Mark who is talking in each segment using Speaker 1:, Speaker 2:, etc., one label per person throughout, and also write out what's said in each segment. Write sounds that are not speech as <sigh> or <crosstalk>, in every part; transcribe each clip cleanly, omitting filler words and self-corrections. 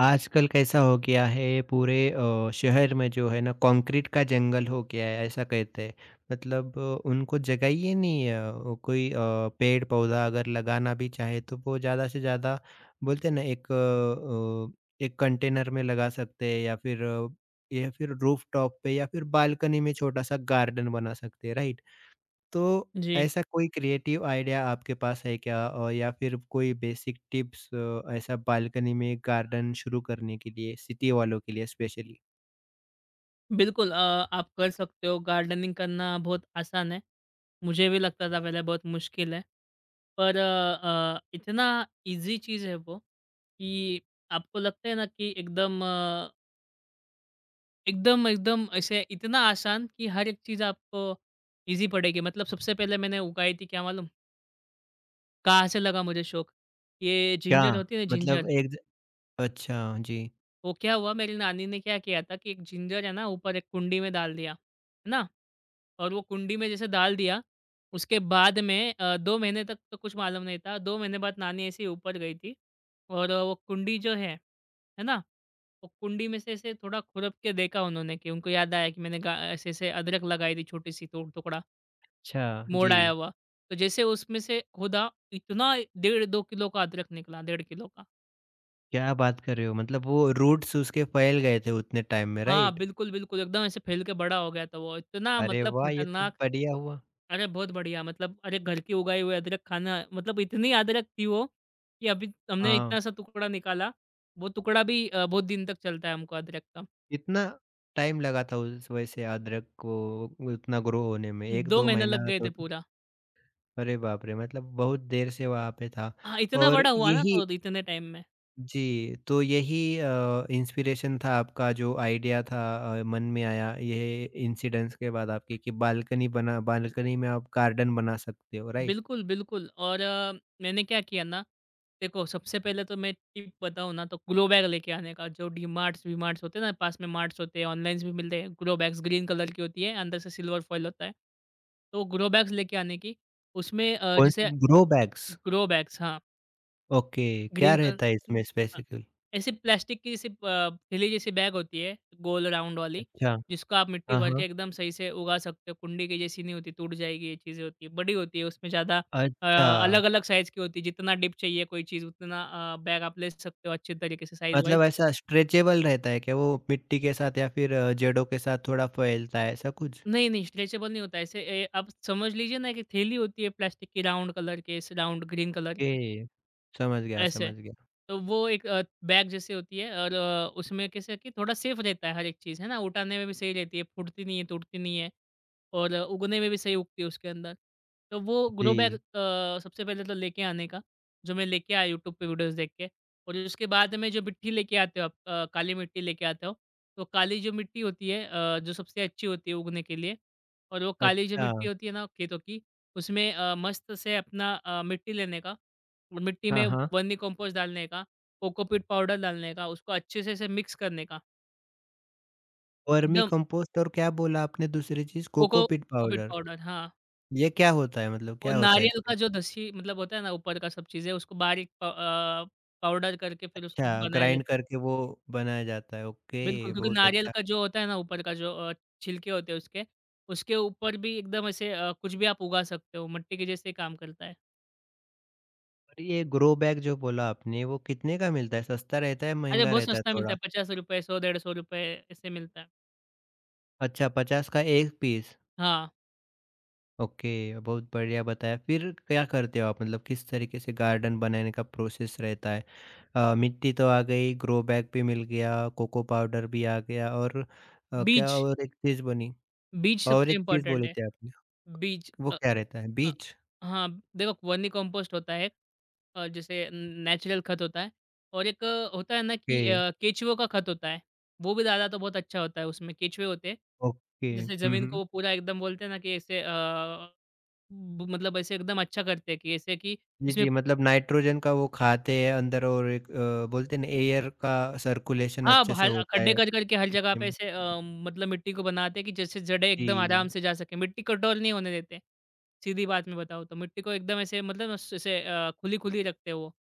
Speaker 1: आजकल कैसा हो गया है पूरे शहर में जो है ना कंक्रीट का जंगल हो गया है ऐसा कहते हैं। मतलब उनको जगह ही ये नहीं है। वो कोई पेड़ पौधा अगर लगाना भी चाहे तो वो ज़्यादा से ज़्यादा बोलते हैं ना एक एक कंटेनर में लगा सकते हैं या फिर या फिर रूफ टॉप पे या फिर बालकनी में छोटा सा गार्डन बना सकते हैं, राइट? तो
Speaker 2: जी,
Speaker 1: ऐसा कोई क्रिएटिव आइडिया आपके पास है क्या? या फिर कोई बेसिक टिप्स ऐसा बालकनी में गार्डन शुरू करने के लिए, सिटी वालों के लिए स्पेशली?
Speaker 2: बिल्कुल, आप कर सकते हो। गार्डनिंग करना बहुत आसान है। मुझे भी लगता था पहले बहुत मुश्किल है। पर इतना ईज़ी चीज़ है वो कि आपको लगता है ना कि एकदम ऐसे इतना आसान कि हर एक चीज़ आपको ईज़ी पड़ेगी। मतलब सबसे पहले मैंने उगाई थी क्या मालूम? कहाँ से लगा मुझे शौक, ये
Speaker 1: क्या?
Speaker 2: जिंजर होती है ना,
Speaker 1: मतलब
Speaker 2: जिंजर।
Speaker 1: एक ज अच्छा, जी।
Speaker 2: वो क्या हुआ, मेरी नानी ने क्या किया था कि एक जिंजर है ना, ऊपर एक कुंडी में डाल दिया, है ना? और वो कुंडी में जैसे डाल दिया, उसके बाद में 2 महीने तक तो कुछ मालूम नहीं था। 2 महीने बाद नानी ऐसे ही ऊपर गई थी और वो कुंडी जो है ना? वो कुंडी में से ऐसे थोड़ा खुरप के देखा उन्होंने कि उनको याद आया कि मैंने गा ऐसे-ऐसे अदरक लगाई थी छोटी-सी, तो टुकड़ा,
Speaker 1: अच्छा,
Speaker 2: मोड़ आया
Speaker 1: जी।
Speaker 2: हुआ। तो जैसे उसमें से खोदा, इतना डेढ़ 2 किलो का अदरक निकला, डेढ़ किलो का।
Speaker 1: क्या बात कर रहे हो? मतलब वो रूट्स उसके फैल गए थे उतने टाइम में,
Speaker 2: हाँ,
Speaker 1: राइट?
Speaker 2: बिल्कुल, बिल्कुल, एकदम ऐसे फैल के बड़ा हो गया था वो। इतना
Speaker 1: अरे
Speaker 2: मतलब
Speaker 1: वाह! ये तो
Speaker 2: खतरनाक।
Speaker 1: बढ़िया हुआ।
Speaker 2: अरे! बहुत बढ़िया, मतलब अरे! घर के उगाए हुए अदरक खाना, मतलब इतनी अदरक थी वो, कि अभी हमने इतना
Speaker 1: हाँ।
Speaker 2: सा टुकड़ा निकाला, वो टुकड़ा भी बहुत दिन तक चलता है हमको, अदरक का।
Speaker 1: कितना टाइम लगा था उस वैसे अदरक को उतना ग्रो होने में?
Speaker 2: 2
Speaker 1: 1-2
Speaker 2: महीने
Speaker 1: महीना
Speaker 2: लग गए
Speaker 1: तो?
Speaker 2: थे पूरा।
Speaker 1: अरे बाप रे! मतलब बहुत देर से वहाँ पे था।
Speaker 2: हाँ, इतना
Speaker 1: और
Speaker 2: बड़ा हुआ ना
Speaker 1: यही
Speaker 2: तो इतने टाइम में।
Speaker 1: जी, तो यही इंस्पिरेशन था आपका, जो आइडिया था मन में आया ये इंसिडेंट्स के बाद आपके कि बालकनी बना बालकनी में आप गार्डन बना सकते हो, राइट?
Speaker 2: बिल्कुल, बिल्कुल, और मैंने क्या किया ना, देखो सबसे पहले तो मैं टिप बताऊँ ना, तो ग्लो बैग लेके आने का। जो डीमार्ट्स वीमार्ट्स होते हैं ना, पास में मार्ट्स होते हैं, ऑनलाइन्स भी मिलते हैं, ग्लो बैग्स, ग्रीन कलर की होती है, अंदर से सिल्वर फॉइल होता है। तो ग्लो बैग्स लेके आने की, उसमें
Speaker 1: कौन
Speaker 2: जैसे
Speaker 1: सी ग्रो बैग्स?
Speaker 2: ग्रो बैग्स, हाँ,
Speaker 1: ओके, क्या
Speaker 2: ग्रीन कलर।
Speaker 1: रहता है
Speaker 2: उम,
Speaker 1: इसमें
Speaker 2: अ,
Speaker 1: स्पेसिफिकली?
Speaker 2: ऐसे प्लास्टिक की जैसे प थैली जैसी बैग होती है, गोल राउंड वाली,
Speaker 1: अच्छा,
Speaker 2: जिसको आप मिट्टी
Speaker 1: हाँ,
Speaker 2: भर
Speaker 1: हाँ।
Speaker 2: के एकदम सही से उगा सकते हो। कुंडी की जैसी नहीं होती, टूट जाएगी, ये चीज़ें होती हैं। बड़ी होती है, उसमें ज़्यादा अ,
Speaker 1: अच्छा,
Speaker 2: अलग-अलग साइज़ की होती है। जितना डीप चाहिए कोई चीज़, उतना बैग आप ले सकते हो अच्छे तरीके से, साइज़ वाइज़।
Speaker 1: मतलब ऐसा स्ट्रेचेबल रहता है क्या वो मिट्टी के साथ या फिर जड़ों के साथ थोड़ा फैलता है, ऐसा कुछ?
Speaker 2: नहीं, नहीं, स्ट्रेचेबल नहीं होता है। ऐसे ए आप समझ लीजिए ना, कि थैली होती है प्लास्टिक की, राउंड कलर के, इस राउंड ग्रीन कलर की।
Speaker 1: ओके, समझ गया,
Speaker 2: ऐसे।
Speaker 1: समझ गया।
Speaker 2: तो वो एक बैग जैसी होती है, और उसमें कैसे है कि थोड़ा सेफ रहता है हर एक चीज़, है ना? उठाने में भी सही रहती है, फूटती नहीं है, टूटती नहीं है, और उगने में भी सही उगती है उसके अंदर। तो वो ग्रो बैग
Speaker 1: जी।
Speaker 2: सबसे पहले तो लेके आने का, जो मैं लेके आया यूट्यूब पे वीडियोज़ देख के। और उसके बाद में जो मिट्टी लेके आते हो आप, काली मिट्टी लेके आते हो। तो काली जो मिट्टी होती है, जो सबसे अच्छी होती है उगने के लिए, और वो काली जो
Speaker 1: अच्छा,
Speaker 2: मिट्टी होती है ना, खेतों की, उसमें मस्त से अपना मिट्टी लेने का, और मिट्टी
Speaker 1: हाँ,
Speaker 2: में
Speaker 1: हाँ।
Speaker 2: वर्मी कंपोस्ट डालने का, कोकोपीट पाउडर डालने का, उसको अच्छे से ऐसे मिक्स करने का,
Speaker 1: वर्मी
Speaker 2: एकदम।
Speaker 1: कंपोस्ट और क्या बोला आपने दूसरी चीज़? कोकोपीट
Speaker 2: कोकोपीट
Speaker 1: पाउडर,
Speaker 2: पाउडर, हाँ।
Speaker 1: ये क्या होता है? मतलब
Speaker 2: और
Speaker 1: क्या होता है
Speaker 2: नारियल
Speaker 1: इससे?
Speaker 2: का जो दसी मतलब होता है ना, ऊपर का सब चीज़ें, उसको बारीक पाउडर करके फिर उसको
Speaker 1: अच्छा,
Speaker 2: बनाया
Speaker 1: ग्राइंड
Speaker 2: जाता है।
Speaker 1: करके वो बनाया जाता है, ओके,
Speaker 2: बिल्कुल, क्योंकि
Speaker 1: बहुत
Speaker 2: नारियल
Speaker 1: अच्छा।
Speaker 2: का जो होता है ना, ऊपर का जो छिलके होते हैं उसके, उसके ऊपर भी एकदम ऐसे कुछ भी आप उगा सकते हो, मट्टी के जैसे ही काम करता है।
Speaker 1: और ये ग्रो बैग जो बोला आपने, वो कितने का मिलता है? सस्ता रहता है,
Speaker 2: अरे!
Speaker 1: महँगा
Speaker 2: बहुत
Speaker 1: रहता है
Speaker 2: सस्ता मिलता
Speaker 1: थोड़ा?
Speaker 2: है, ₹50, 100, ₹150 ऐसे मिलता है।
Speaker 1: अच्छा, 50 का 1 पीस।
Speaker 2: हाँ,
Speaker 1: ओके, बहुत बढ़िया बताया। फिर क्या करते हो आप? मतलब किस तरीके से गार्डन बनाने का प्रोसेस रहता है? मिट्टी तो आ गई, ग्रो बैग भी मिल गया, कोको पाउडर भी आ गया और
Speaker 2: बीज,
Speaker 1: क्या और एक चीज़ बनी।
Speaker 2: बीज
Speaker 1: और
Speaker 2: सबसे
Speaker 1: एक चीज़
Speaker 2: इम्पोर्टेंट
Speaker 1: बोले
Speaker 2: है।
Speaker 1: थे आपने,
Speaker 2: बीज
Speaker 1: वो क्या रहता है?
Speaker 2: अ,
Speaker 1: बीज?
Speaker 2: हाँ, देखो वर्मी कंपोस्ट होता है एक जैसे नेचुरल खत होता है, और एक होता है ना कि
Speaker 1: ओके,
Speaker 2: केचुओं का खत होता है। वो भी डाला तो बहुत अच्छा होता है, उसमें केचुए होते हैं,
Speaker 1: ओके।
Speaker 2: जिससे
Speaker 1: हुँ,
Speaker 2: ज़मीन को
Speaker 1: हुँ।
Speaker 2: वो पूरा एकदम बोलते हैं ना कि ऐसे अ, ब मतलब ऐसे एकदम अच्छा करते हैं कि ऐसे कि
Speaker 1: जी,
Speaker 2: उसमें,
Speaker 1: जी, मतलब नाइट्रोजन का वो खाते हैं अंदर और एक बोलते हैं ना एयर का सर्कुलेशन
Speaker 2: हाँ, अब
Speaker 1: अच्छे से
Speaker 2: हर
Speaker 1: होता
Speaker 2: खड्डे
Speaker 1: है।
Speaker 2: कर-कर के हर जगह पे
Speaker 1: जी,
Speaker 2: ऐसे मतलब मिट्टी को बनाते हैं कि जैसे जड़ें एकदम आराम
Speaker 1: जी,
Speaker 2: से जा सकें। मिट्टी कठोर नहीं होने देते, सीधी बात में बताऊँ तो। मिट्टी को एकदम ऐसे मतलब ना ऐसे खुली-खुली रखते हैं वो।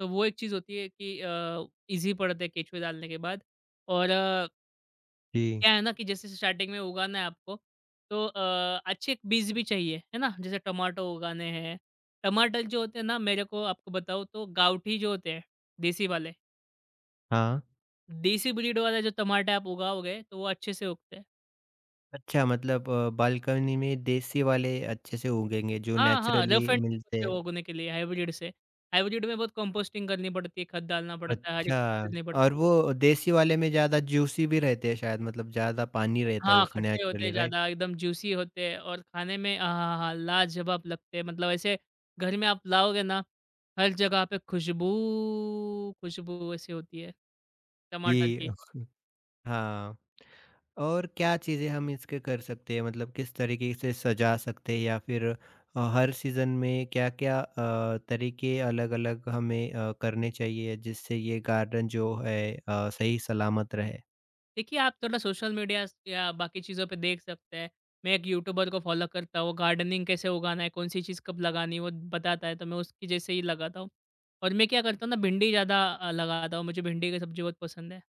Speaker 2: तो वो एक चीज़ होती है कि ईज़ी पड़ता है केंचुए डालने के बाद। और
Speaker 1: जी।
Speaker 2: क्या है ना कि जैसे स्टार्टिंग में उगाना है आपको, तो अच्छे एक बीज भी चाहिए, है ना? जैसे टमाटो उगाने हैं, टमाटर जो होते हैं ना, मेरे को आपको बताऊँ तो गाँवठी जो होते हैं, देसी वाले,
Speaker 1: हाँ।
Speaker 2: देसी ब्रीड वाला जो टमाटर आप उगाओगे, तो वो अच्छे से उगते हैं।
Speaker 1: अच्छा, मतलब बालकनी में देसी वाले अच्छे से उगेंगे जो
Speaker 2: हाँ, हाँ,
Speaker 1: नेचुरली
Speaker 2: रफ एंड टफ
Speaker 1: मिलते
Speaker 2: होते हैं
Speaker 1: हैं।
Speaker 2: वो उगने के लिए, हाइब्रिड से। हाइब्रिड में बहुत कंपोस्टिंग करनी पड़ती है, खाद डालना पड़ता है, हर एक
Speaker 1: अच्छा,
Speaker 2: चीज़ करनी
Speaker 1: और
Speaker 2: पड़ती है।
Speaker 1: वो देसी वाले में ज़्यादा जूसी भी रहते हैं शायद, मतलब ज़्यादा पानी रहता है
Speaker 2: हाँ,
Speaker 1: उस
Speaker 2: खट्टे होते हैं
Speaker 1: नेचुरली, राइट?
Speaker 2: ज़्यादा, एकदम जूसी होते हैं और खाने में आहाहा! लाजवाब लगते हैं। मतलब ऐसे घर में आप लाओगे ना, हर जगह पे खुशबू, खुशबू ऐसी होती है, टमाटर
Speaker 1: जी
Speaker 2: की।
Speaker 1: <laughs> हाँ, और क्या चीज़ें हम इसके कर सकते हैं? मतलब किस तरीके से सजा सकते हैं या फिर हर सीज़न में क्या-क्या तरीके अलग-अलग हमें करने चाहिए जिससे ये गार्डन जो है सही सलामत रहे?
Speaker 2: देखिए, आप थोड़ा सोशल मीडिया या बाकी चीज़ों पे देख सकते हैं। मैं एक यूट्यूबर को फ़ॉलो करता हूँ, गार्डनिंग कैसे उगाना है, कौन-सी चीज़ कब लगानी है, वो बताता है, तो मैं उसकी जैसे ही लगाता हूँ। और मैं क्या करता हूँ ना, भिंडी ज़्यादा लगाता हूँ, मुझे भिंडी की सब्ज़ी बहुत पसंद है।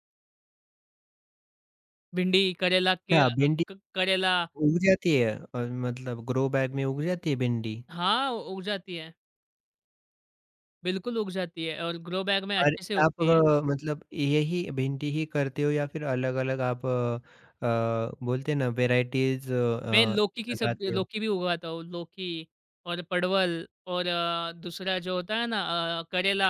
Speaker 2: भिंडी, करेला के
Speaker 1: क्या
Speaker 2: अ,
Speaker 1: भिंडी
Speaker 2: क करेला,
Speaker 1: उग जाती है, और मतलब ग्रो बैग में उग जाती है भिंडी?
Speaker 2: हाँ, उग जाती है, बिल्कुल उग जाती है और ग्रो बैग में
Speaker 1: और
Speaker 2: अच्छे से
Speaker 1: आप
Speaker 2: उगती है।
Speaker 1: मतलब यही भिंडी ही करते हो या फिर अलग-अलग आप बोलते हैं ना वैराइटीज़
Speaker 2: मैं लौकी की सब,
Speaker 1: लगाते हो?
Speaker 2: लौकी भी उगाता हूँ, लौकी और परवल और दूसरा जो होता है ना, करेला,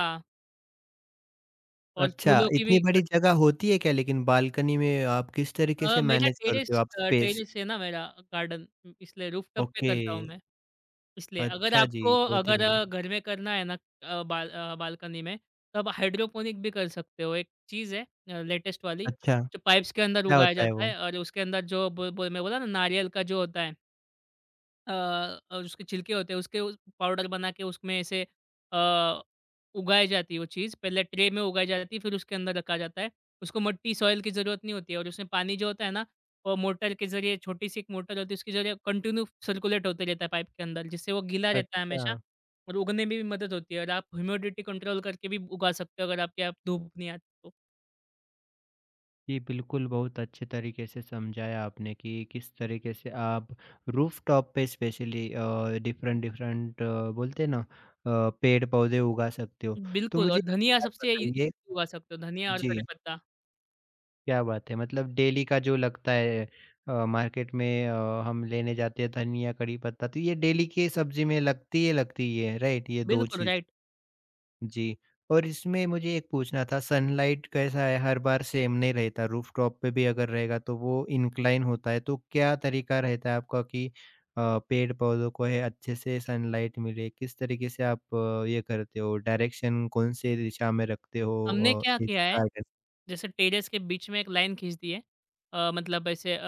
Speaker 2: और
Speaker 1: अच्छा,
Speaker 2: फूलों की
Speaker 1: इतनी
Speaker 2: भी।
Speaker 1: बड़ी जगह होती है क्या लेकिन बालकनी में? आप किस तरीके से
Speaker 2: मेरा
Speaker 1: मैनेज
Speaker 2: टेरेस
Speaker 1: करते हो आप
Speaker 2: अ,
Speaker 1: स्पेस?
Speaker 2: टेरेस है ना मेरा, गार्डन, इसलिए रूफटॉप पे
Speaker 1: ओके,
Speaker 2: करता हूँ मैं, इसलिए। अगर
Speaker 1: अच्छा जी,
Speaker 2: आपको
Speaker 1: बहुत ही
Speaker 2: अगर
Speaker 1: बढ़िया।
Speaker 2: अ, घर में करना है ना, बालकनी में, तो आप हाइड्रोपोनिक भी कर सकते हो। एक चीज़ है लेटेस्ट वाली,
Speaker 1: अच्छा,
Speaker 2: जो पाइप्स के अंदर
Speaker 1: क्या
Speaker 2: उगाया
Speaker 1: होता है
Speaker 2: जाता
Speaker 1: वो?
Speaker 2: है, और उसके अंदर जो ब ब मैं बोला ना, नारियल का जो होता है अ उसके छिलके होते हैं उसके, उस पाउडर बना के उसमें ऐसे अ, उगाई जाती है वो चीज़। पहले ट्रे में उगाई जाती है फिर उसके अंदर रखा जाता है। उसको मट्टी सॉइल की ज़रूरत नहीं होती है, और उसमें पानी जो होता है ना, वो मोटर के ज़रिए, छोटी सी एक मोटर होती है, उसके ज़रिए कंटिन्यू सर्कुलेट होते रहता है पाइप के अंदर, जिससे वो गीला रहता है
Speaker 1: अच्छा।
Speaker 2: हमेशा, और उगने में भी मदद होती है। और आप ह्यूमिडिटी कंट्रोल करके भी उगा सकते हो, अगर आपके यहाँ धूप नहीं आती तो।
Speaker 1: जी, बिल्कुल, बहुत अच्छे तरीके से समझाया आपने कि किस तरीके से आप रूफ़टॉप पे स्पेशली डिफ़रेंट डिफ़रेंट बोलते हैं ना पेड़-पौधे उगा सकते हो। तो
Speaker 2: बिल्कुल,
Speaker 1: मुझे
Speaker 2: और
Speaker 1: एक
Speaker 2: धनिया
Speaker 1: बात
Speaker 2: सबसे इ इ
Speaker 1: बताइए।
Speaker 2: उगा सकते हो, धनिया और कड़ी
Speaker 1: जी,
Speaker 2: पत्ता।
Speaker 1: क्या बात है! मतलब डेली का जो लगता है मार्केट में हम लेने जाते हैं धनिया, कड़ी पत्ता, तो ये डेली की सब्ज़ी में लगती है, राइट? ये 2
Speaker 2: बिल्कुल
Speaker 1: चीज़।
Speaker 2: राइट।
Speaker 1: जी, और इसमें मुझे एक पूछना था, सनलाइट कैसा है? हर बार सेम नहीं रहता, रूफटॉप पे भी अगर रहेगा तो वो इंक्लाइन होता है, तो क्या तरीका रहता है आपका कि पेड़-पौधों को है अच्छे से सनलाइट मिले? किस तरीके से आप ये करते हो? डायरेक्शन कौन से दिशा में रखते हो
Speaker 2: हमने क्या
Speaker 1: इस
Speaker 2: किया है,
Speaker 1: गार्डन?
Speaker 2: जैसे टेरेस के बीच में एक लाइन खींच दी है। मतलब ऐसे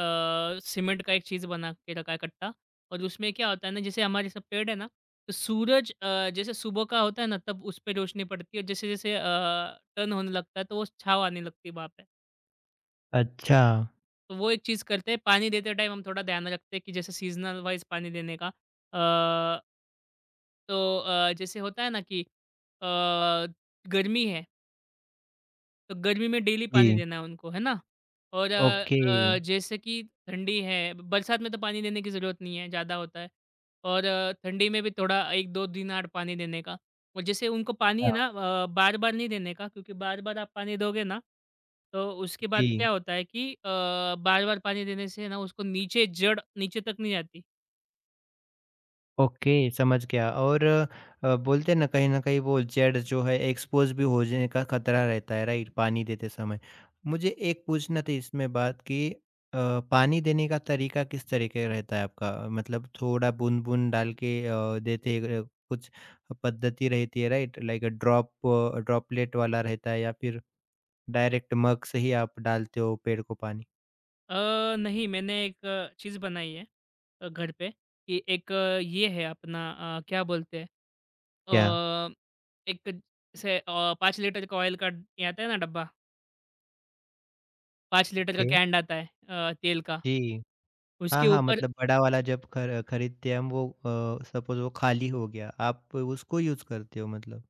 Speaker 2: सीमेंट का एक चीज़ बना के रखा है, कट्टा, और उसमें क्या होता है ना, जैसे हमारे सब पेड़ है ना, तो सूरज जैसे सुबह का होता है ना, तब उस पे रोशनी पड़ती है, और जैसे-जैसे टर्न होने लगता है, तो वो छाँव आने लगती है वहाँ पे।
Speaker 1: अच्छा,
Speaker 2: तो वो एक चीज़ करते हैं, पानी देते टाइम हम थोड़ा ध्यान रखते हैं कि जैसे सीज़नल वाइज़ पानी देने का। तो जैसे होता है ना कि गर्मी है, तो गर्मी में डेली पानी
Speaker 1: जी,
Speaker 2: देना है उनको, है ना? और
Speaker 1: ओके,
Speaker 2: जैसे कि ठंडी है, बरसात में तो पानी देने की ज़रूरत नहीं है, ज़्यादा होता है। और ठंडी में भी थोड़ा 1-2 दिन आड़ पानी देने का। और जैसे उनको पानी
Speaker 1: हाँ,
Speaker 2: है ना, बार-बार नहीं देने का, क्योंकि बार-बार आप पानी दोगे ना, तो उसके बाद
Speaker 1: जी।
Speaker 2: क्या होता है कि बार-बार पानी देने से ना, उसको नीचे जड़ नीचे तक नहीं जाती।
Speaker 1: ओके, समझ गया। और बोलते हैं ना कहीं वो जेड जो है एक्सपोज भी हो जाने का खतरा रहता है, राइट, पानी देते समय? मुझे एक पूछना था इसमें बात कि पानी देने का तरीका किस तरीके का रहता है आपका? मतलब थोड़ा बूंद बूंद डाल के देते कुछ पद्धति रहती है, राइट, लाइक ड्रॉपलेट वाला रहता है या फिर डायरेक्ट मग से ही आप डालते हो पेड़ को पानी?
Speaker 2: अ, नहीं, मैंने एक चीज़ बनाई है घर पे, कि एक ये है अपना, क्या बोलते हैं,
Speaker 1: क्या,
Speaker 2: अ, एक, जैसे 5 लीटर का ऑयल का ये आता है ना डब्बा, 5 लीटर का
Speaker 1: ओके,
Speaker 2: कैन आता है तेल का,
Speaker 1: जी, हाँ,
Speaker 2: उसके
Speaker 1: हाँ,
Speaker 2: ऊपर,
Speaker 1: मतलब बड़ा वाला जब खर खरीदते हैं हम वो, सपोज़ वो खाली हो गया, आप उसको यूज़ करते हो मतलब?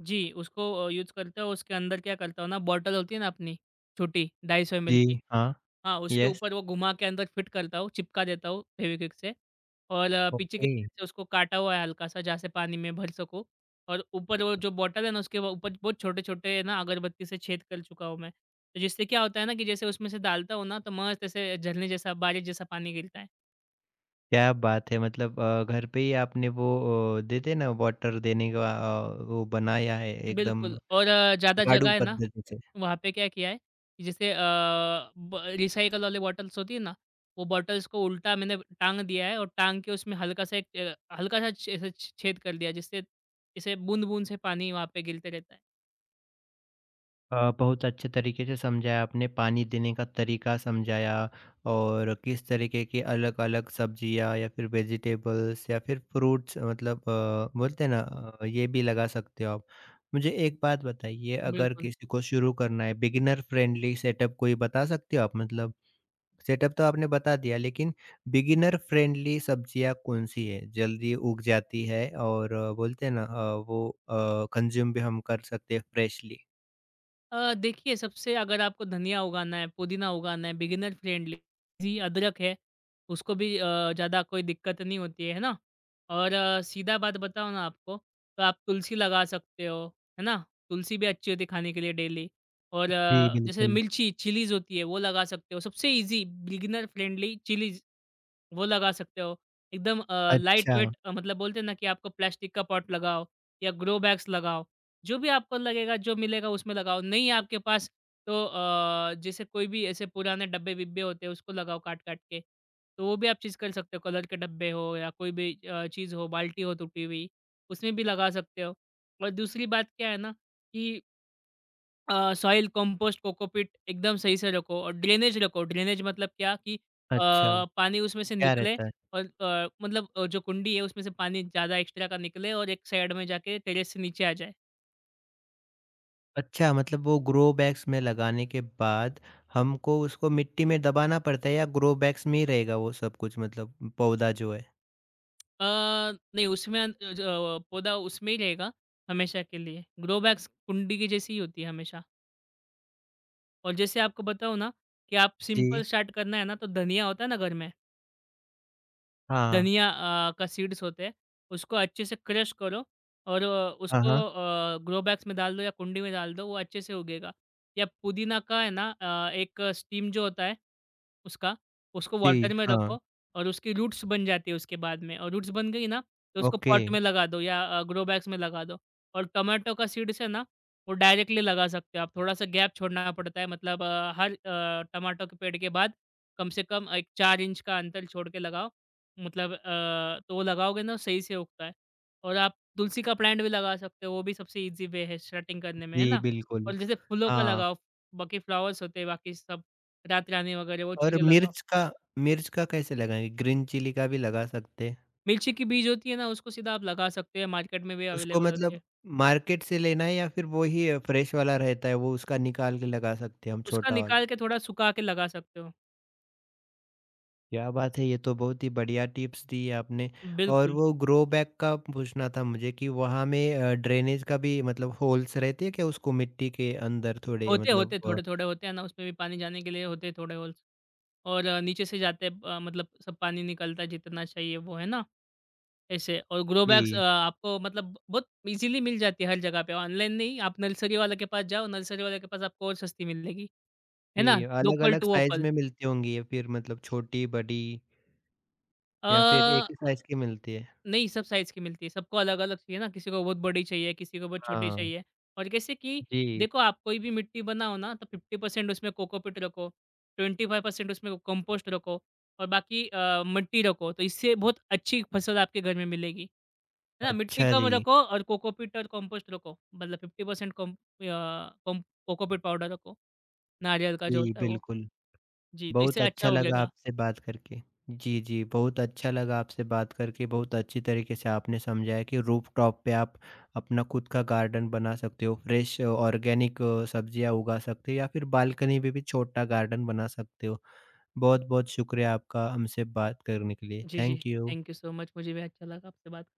Speaker 2: जी, उसको यूज़ करते हो, उसके अंदर क्या करता हूँ ना, बॉटल होती है ना अपनी, छोटी 250 ml की,
Speaker 1: जी, हाँ,
Speaker 2: हाँ, उसके
Speaker 1: यस,
Speaker 2: ऊपर वो घुमा के अंदर फिट करता हूँ, चिपका देता हूँ फेविक्विक से, और पीछे के
Speaker 1: ओके,
Speaker 2: साइड से उसको काटा हुआ है हल्का-सा, जहाँ से पानी में भर सकूँ, और ऊपर वो जो बॉटल है ना उसके, वो ऊपर बहुत छोटे-छोटे ना अगरबत्ती से छेद कर चुका हूँ मैं। तो जिससे क्या होता है ना कि जैसे उसमें से डालता हूँ ना, तो मस्त ऐसे झरने जैसा, बारिश जैसा पानी गिरता है।
Speaker 1: क्या बात है! मतलब घर पे ही आपने वो देते हैं ना वाटर देने का, वो बनाया है एकदम
Speaker 2: बिल्कुल, और ज़्यादा जगह
Speaker 1: जुगाड़ू
Speaker 2: है ना,
Speaker 1: पद्धति से।
Speaker 2: वहाँ पे क्या किया है कि जैसे अ, ब रिसाइकल वाली बॉटल्स होती है ना, वो बॉटल्स को उल्टा मैंने टाँग दिया है, और टाँग के उसमें हल्का सा एक हल्का सा छेद कर दिया, जिससे इसे बूँद-बूँद से पानी वहाँ पे गिरते रहता है।
Speaker 1: बहुत अच्छे तरीके से समझाया आपने, पानी देने का तरीका समझाया। और किस तरीके की अलग अलग सब्जियां या फिर वेजिटेबल्स या फिर फ्रूट्स, मतलब बोलते हैं ना ये भी लगा सकते हो आप। मुझे एक बात बताइए, अगर
Speaker 2: बिल्कुल।
Speaker 1: किसी को शुरू करना है, बिगिनर फ्रेंडली सेटअप कोई बता सकते हो आप? मतलब सेटअप तो आपने बता दिया लेकिन बिगिनर फ्रेंडली सब्जियां कौन सी है जल्दी उग जाती है और बोलते हैं ना वो कंज्यूम भी हम कर सकते हैं फ्रेशली।
Speaker 2: देखिए सबसे अगर आपको धनिया उगाना है, पुदीना उगाना है, बिगिनर फ्रेंडली जी अदरक है, उसको भी ज़्यादा कोई दिक्कत नहीं होती है ना? और सीधा बात बताऊँ ना आपको, तो आप तुलसी लगा सकते हो, है ना? तुलसी भी अच्छी होती है खाने के लिए डेली और
Speaker 1: जी,
Speaker 2: जैसे
Speaker 1: बिल्कुल।
Speaker 2: मिर्ची, चिलीज़ होती है वो लगा सकते हो। सबसे ईज़ी बिगिनर फ्रेंडली चिलीज़। वो लगा सकते हो। एकदम लाइट
Speaker 1: अच्छा,
Speaker 2: वेट मतलब बोलते हैं ना कि आपको प्लास्टिक का पॉट लगाओ या ग्रो बैग्स लगाओ। जो भी आपको लगेगा, जो मिलेगा उसमें लगाओ। नहीं आपके पास तो जैसे कोई भी ऐसे पुराने डब्बे-बिब्बे होते हैं उसको लगाओ काट-काट के। तो वो भी आप चीज़ कर सकते हो। कलर के डब्बे हो या कोई भी चीज़ हो, बाल्टी हो टूटी हुई उसमें भी लगा सकते हो। और दूसरी बात क्या है ना कि सॉइल कंपोस्ट कोकोपीट एकदम सही से रखो और ड्रेनेज रखो। ड्रेनेज मतलब क्या कि
Speaker 1: अच्छा,
Speaker 2: पानी उसमें से
Speaker 1: क्या
Speaker 2: निकले
Speaker 1: रहता है?
Speaker 2: और मतलब जो कुंडी है उसमें से पानी ज़्यादा एक्स्ट्रा का निकले और एक साइड में जाके टेरेस से नीचे आ जाए।
Speaker 1: अच्छा, मतलब वो ग्रो बैग्स में लगाने के बाद हमको उसको मिट्टी में दबाना पड़ता है या ग्रो बैग्स में ही रहेगा वो सब कुछ मतलब पौधा जो है?
Speaker 2: अ, नहीं उसमें अन- अ, ज पौधा उसमें ही रहेगा हमेशा के लिए। ग्रो बैग्स कुंडी की जैसी ही होती है हमेशा। और जैसे आपको बताऊँ ना कि आप सिंपल
Speaker 1: जी,
Speaker 2: स्टार्ट करना है ना तो धनिया होता है ना घर में।
Speaker 1: हाँ।
Speaker 2: धनिया का सीड्स होते हैं, उसको अच्छे से क्रश करो और
Speaker 1: हाँ,
Speaker 2: उसको
Speaker 1: हाँ।
Speaker 2: ग्रो बैग्स में डाल दो या कुंडी में डाल दो, वो अच्छे से उगेगा। या पुदीना का है ना, एक स्टीम जो होता है उसका, उसको वाटर
Speaker 1: जी,
Speaker 2: में
Speaker 1: हाँ,
Speaker 2: रखो और उसकी रूट्स बन जाती है उसके बाद में, और रूट्स बन गई ना, तो उसको
Speaker 1: ओके।
Speaker 2: पॉट में लगा दो या ग्रो बैग्स में लगा दो। और टमाटो का सीड्स है ना, वो डायरेक्टली लगा सकते हो आप, थोड़ा-सा गैप छोड़ना पड़ता है मतलब हर टमाटो के पेड़ के बाद कम से कम एक 4 इंच का अंतर छोड़ के लगाओ। मतलब तो वो लगाओगे ना सही से उगता है। और आप तुलसी का प्लांट भी लगा सकते हो, वो भी सबसे इजी वे है स्टार्टिंग करने में, है
Speaker 1: जी,
Speaker 2: ना?
Speaker 1: बिल्कुल।
Speaker 2: और जैसे फूलों का
Speaker 1: हाँ,
Speaker 2: लगाओ, बाकी फ्लावर्स होते हैं बाकी सब, रातरानी वगैरह वो
Speaker 1: और
Speaker 2: चीज़ें लगाओ।
Speaker 1: मिर्च का, मिर्च का कैसे लगाएँगे? ग्रीन चिली का भी लगा सकते हैं।
Speaker 2: मिर्ची की बीज होती है ना, उसको सीधा आप लगा सकते हैं, मार्केट में भी
Speaker 1: उसको
Speaker 2: अवेलेबल होते
Speaker 1: मतलब
Speaker 2: हैं।
Speaker 1: मार्केट से लेना है या फिर वो ही फ्रेश वाला रहता है, वो उसका निकाल के लगा सकते हैं हम
Speaker 2: उसका
Speaker 1: छोटा वाला?
Speaker 2: निकाल के थोड़ा सुखा के लगा सकते हो।
Speaker 1: क्या बात है! ये तो बहुत ही बढ़िया टिप्स दी आपने। और
Speaker 2: बिल्कुल।
Speaker 1: वो ग्रो बैग का पूछना था मुझे कि वहाँ में ड्रेनेज का भी मतलब होल्स रहते हैं क्या उसको मिट्टी के अंदर थोड़े
Speaker 2: होते
Speaker 1: मतलब
Speaker 2: होते थोड़े थोड़े होते हैं ना, उसमें भी पानी जाने के लिए होते हैं थोड़े होल्स। और नीचे से जाते हैं मतलब सब पानी निकलता है जितना चाहिए वो, है ना? ऐसे। और ग्रो बैग्स
Speaker 1: जी,
Speaker 2: आपको मतलब बहुत ईज़िली मिल जाती है हर जगह पे, ऑनलाइन नहीं, आप नर्सरी वाले के पास जाओ, नर्सरी वाले के पास आपको और सस्ती मिलेगी, है ना?
Speaker 1: जी,
Speaker 2: लोकल
Speaker 1: अलग-अलग
Speaker 2: टू
Speaker 1: साइज़
Speaker 2: वोकल।
Speaker 1: में मिलती होंगी ये फिर, मतलब छोटी, बड़ी
Speaker 2: अ,
Speaker 1: या फिर एक ही साइज़ की मिलती है?
Speaker 2: नहीं सब साइज़ की मिलती है, सबको अलग-अलग चाहिए ना, किसी को बहुत बड़ी चाहिए, किसी को बहुत छोटी
Speaker 1: हाँ,
Speaker 2: चाहिए। और कैसे कि
Speaker 1: जी,
Speaker 2: देखो आप कोई भी मिट्टी बनाओ ना तो 50% उसमें कोकोपीट रखो, 25% उसमें कंपोस्ट रखो और बाकी मिट्टी रखो, तो इससे बहुत अच्छी फसल आपके घर में मिलेगी। है ना, मिट्टी
Speaker 1: अच्छा
Speaker 2: कम
Speaker 1: जी।
Speaker 2: रखो और कोकोपीट और कंपोस्ट रखो। मतलब 50% कॉम अ, कॉम कोकोपीट पाउडर रखो, नारियल का जो
Speaker 1: जी,
Speaker 2: होता है वो।
Speaker 1: बिल्कुल।
Speaker 2: जी, तो इससे
Speaker 1: बहुत
Speaker 2: अच्छा
Speaker 1: अच्छा
Speaker 2: हो
Speaker 1: लगा
Speaker 2: गएगा।
Speaker 1: आपसे बात करके। जी, जी, बहुत अच्छा लगा आपसे बात करके, बहुत अच्छी तरीके से आपने समझाया कि रूफ़टॉप पे आप अपना खुद का गार्डन बना सकते हो, फ्रेश ऑर्गेनिक सब्जियाँ उगा सकते हो या फिर बालकनी में भी छोटा गार्डन बना सकते हो। बहुत-बहुत शुक्रिया आपका हमसे बात करने के लिए।
Speaker 2: जी, जी।
Speaker 1: Thank you.
Speaker 2: Thank you so much, मुझे भी अच्छा लगा आपसे बात